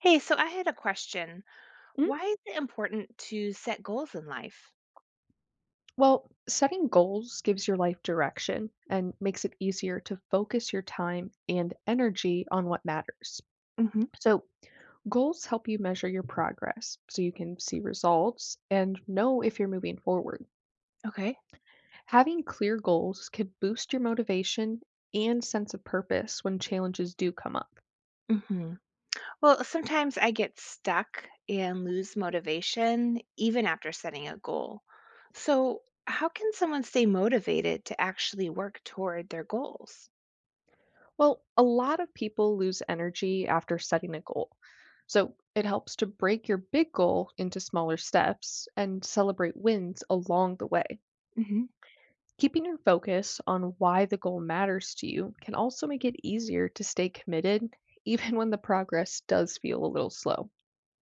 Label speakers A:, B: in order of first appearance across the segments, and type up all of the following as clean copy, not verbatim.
A: Hey, so I had a question.
B: Mm,
A: Why is it important to set goals in life?
B: Well, setting goals gives your life direction and makes it easier to focus your time and energy on what matters.
A: hmm
B: So, goals help you measure your progress so you can see results and know if you're moving forward.
A: Okay.
B: Having clear goals can boost your motivation and sense of purpose when challenges do come up.
A: hmm Well, sometimes I get stuck and lose motivation even after setting a goal. So, how can someone stay motivated to actually work toward their goals?
B: Well, a lot of people lose energy after setting a goal. So it helps to break your big goal into smaller steps and celebrate wins along the way.
A: hmm
B: Keeping your focus on why the goal matters to you can also make it easier to stay committed, even when the progress does feel a little slow.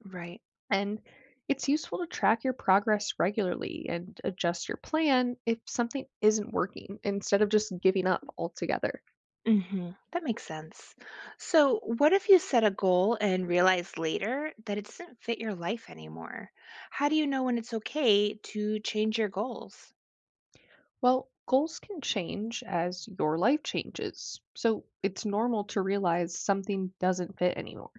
A: Right.
B: And it's useful to track your progress regularly and adjust your plan if something isn't working instead of just giving up altogether.
A: That makes sense. So, what if you set a goal and realize later that it doesn't fit your life anymore? How do you know when it's okay to change your goals?
B: Well, goals can change as your life changes, so it's normal to realize something doesn't fit anymore.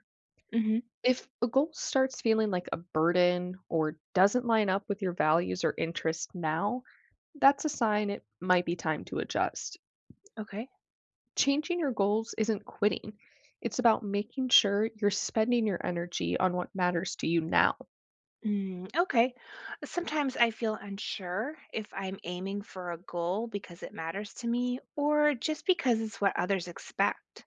B: If a goal starts feeling like a burden or doesn't line up with your values or interests now, that's a sign it might be time to adjust.
A: Okay.
B: Changing your goals isn't quitting, it's about making sure you're spending your energy on what matters to you now.
A: Mm, okay. Sometimes I feel unsure if I'm aiming for a goal because it matters to me or just because it's what others expect.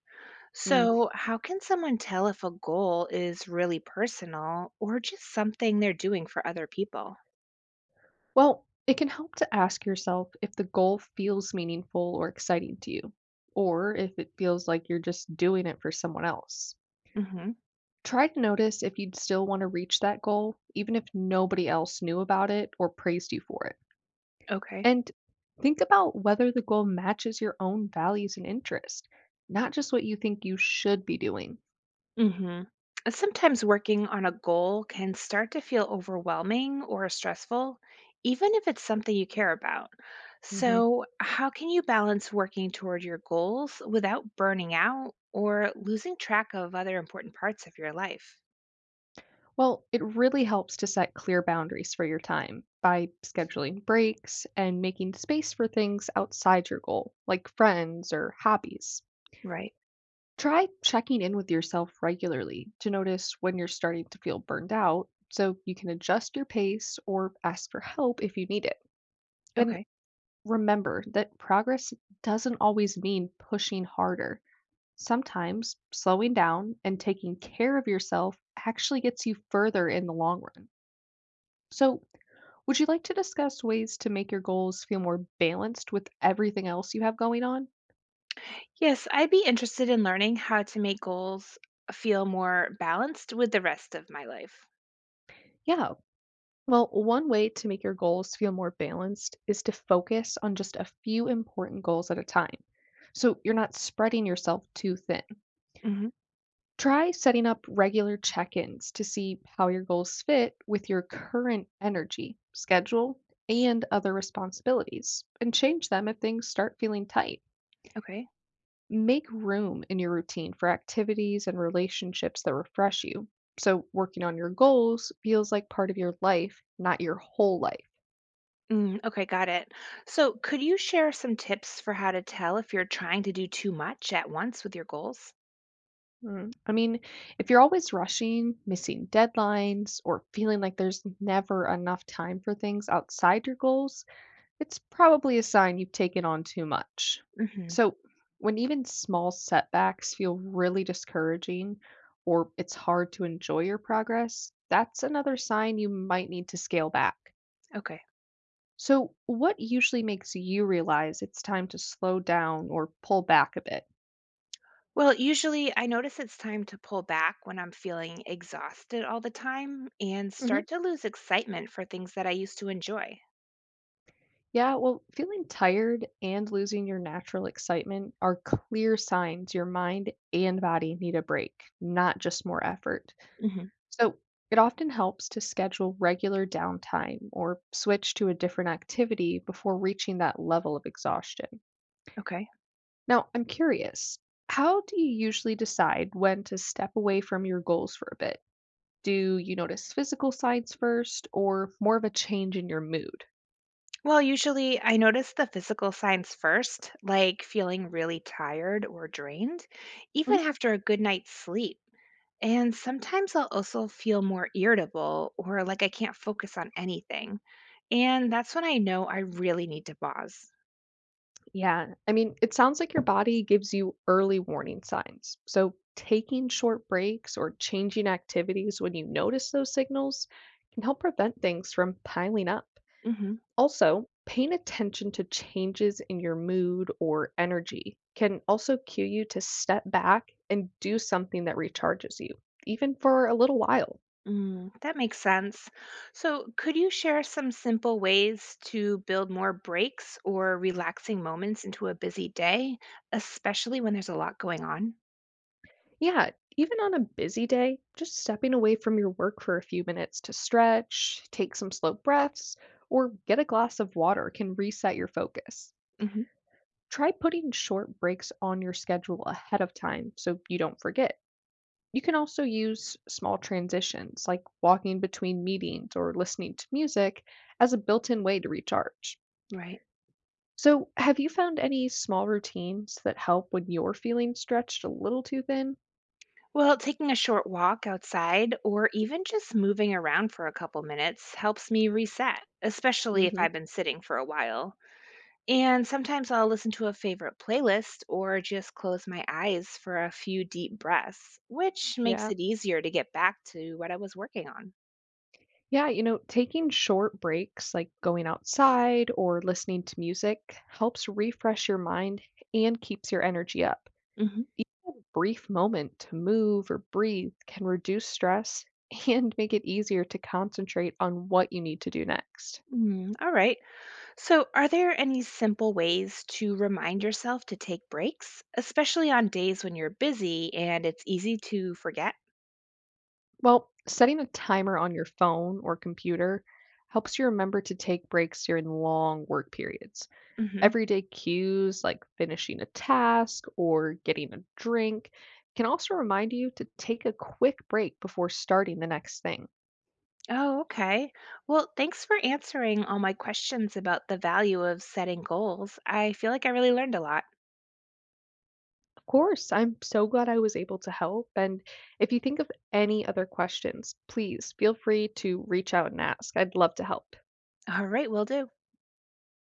A: So, how can someone tell if a goal is really personal or just something they're doing for other people?
B: Well, it can help to ask yourself if the goal feels meaningful or exciting to you, or if it feels like you're just doing it for someone else.
A: hmm
B: Try to notice if you'd still want to reach that goal, even if nobody else knew about it or praised you for it.
A: Okay.
B: And think about whether the goal matches your own values and interest, not just what you think you should be doing.
A: Mhm. Sometimes working on a goal can start to feel overwhelming or stressful, even if it's something you care about.
B: Mhm.
A: So, how can you balance working toward your goals without burning out or losing track of other important parts of your life?
B: Well, it really helps to set clear boundaries for your time by scheduling breaks and making space for things outside your goal, like friends or hobbies.
A: Right.
B: Try checking in with yourself regularly to notice when you're starting to feel burned out so you can adjust your pace or ask for help if you need it. And
A: Okay.
B: remember that progress doesn't always mean pushing harder. Sometimes slowing down and taking care of yourself actually gets you further in the long run. So, would you like to discuss ways to make your goals feel more balanced with everything else you have going on?
A: Yes, I'd be interested in learning how to make goals feel more balanced with the rest of my life.
B: Yeah. Well, one way to make your goals feel more balanced is to focus on just a few important goals at a time, so you're not spreading yourself too thin.
A: hmm
B: Try setting up regular check ins to see how your goals fit with your current energy, schedule, and other responsibilities, and change them if things start feeling tight.
A: Okay.
B: Make room in your routine for activities and relationships that refresh you, so working on your goals feels like part of your life, not your whole life.
A: Mm, okay, got it. So, could you share some tips for how to tell if you're trying to do too much at once with your goals?
B: I mean, if you're always rushing, missing deadlines, or feeling like there's never enough time for things outside your goals, it's probably a sign you've taken on too much.
A: hmm
B: So, when even small setbacks feel really discouraging or it's hard to enjoy your progress, that's another sign you might need to scale back.
A: Okay.
B: So, what usually makes you realize it's time to slow down or pull back a bit?
A: Well, usually I notice it's time to pull back when I'm feeling exhausted all the time and
B: Hmm.
A: start to lose excitement for things that I used to enjoy.
B: Yeah, well, feeling tired and losing your natural excitement are clear signs your mind and body need a break, not just more effort.
A: hmm
B: So it often helps to schedule regular downtime or switch to a different activity before reaching that level of exhaustion.
A: Okay.
B: Now, I'm curious, how do you usually decide when to step away from your goals for a bit? Do you notice physical signs first or more of a change in your mood?
A: Well, usually I notice the physical signs first, like feeling really tired or drained,
B: Mhm.
A: even after a good night's sleep. And sometimes I'll also feel more irritable or like I can't focus on anything. And that's when I know I really need to pause.
B: Yeah, I mean, it sounds like your body gives you early warning signs. So taking short breaks or changing activities when you notice those signals can help prevent things from piling up.
A: hmm
B: Also, paying attention to changes in your mood or energy can also cue you to step back and do something that recharges you, even for a little while.
A: Mm, that makes sense. So, could you share some simple ways to build more breaks or relaxing moments into a busy day, especially when there's a lot going on?
B: Yeah, even on a busy day, just stepping away from your work for a few minutes to stretch, take some slow breaths, or get a glass of water can reset your focus.
A: hmm
B: Try putting short breaks on your schedule ahead of time so you don't forget. You can also use small transitions, like walking between meetings or listening to music, as a built in way to recharge.
A: Right.
B: So, have you found any small routines that help when you're feeling stretched a little too thin?
A: Well, taking a short walk outside or even just moving around for a couple minutes helps me reset, especially if
B: Hmm.
A: I've been sitting for a while. And sometimes I'll listen to a favorite playlist or just close my eyes for a few deep breaths, which makes
B: Yeah.
A: it easier to get back to what I was working on.
B: Yeah. You know, taking short breaks, like going outside or listening to music, helps refresh your mind and keeps your energy up.
A: hmm
B: Even a brief moment to move or breathe can reduce stress and make it easier to concentrate on what you need to do next.
A: Mm, all right. So, are there any simple ways to remind yourself to take breaks, especially on days when you're busy and it's easy to forget?
B: Well, setting a timer on your phone or computer helps you remember to take breaks during long work periods.
A: hmm
B: Everyday cues like finishing a task or getting a drink can also remind you to take a quick break before starting the next thing.
A: Oh, okay. Well, thanks for answering all my questions about the value of setting goals. I feel like I really learned a lot.
B: Of course, I'm so glad I was able to help. And if you think of any other questions, please feel free to reach out and ask. I'd love to help.
A: All right, will do.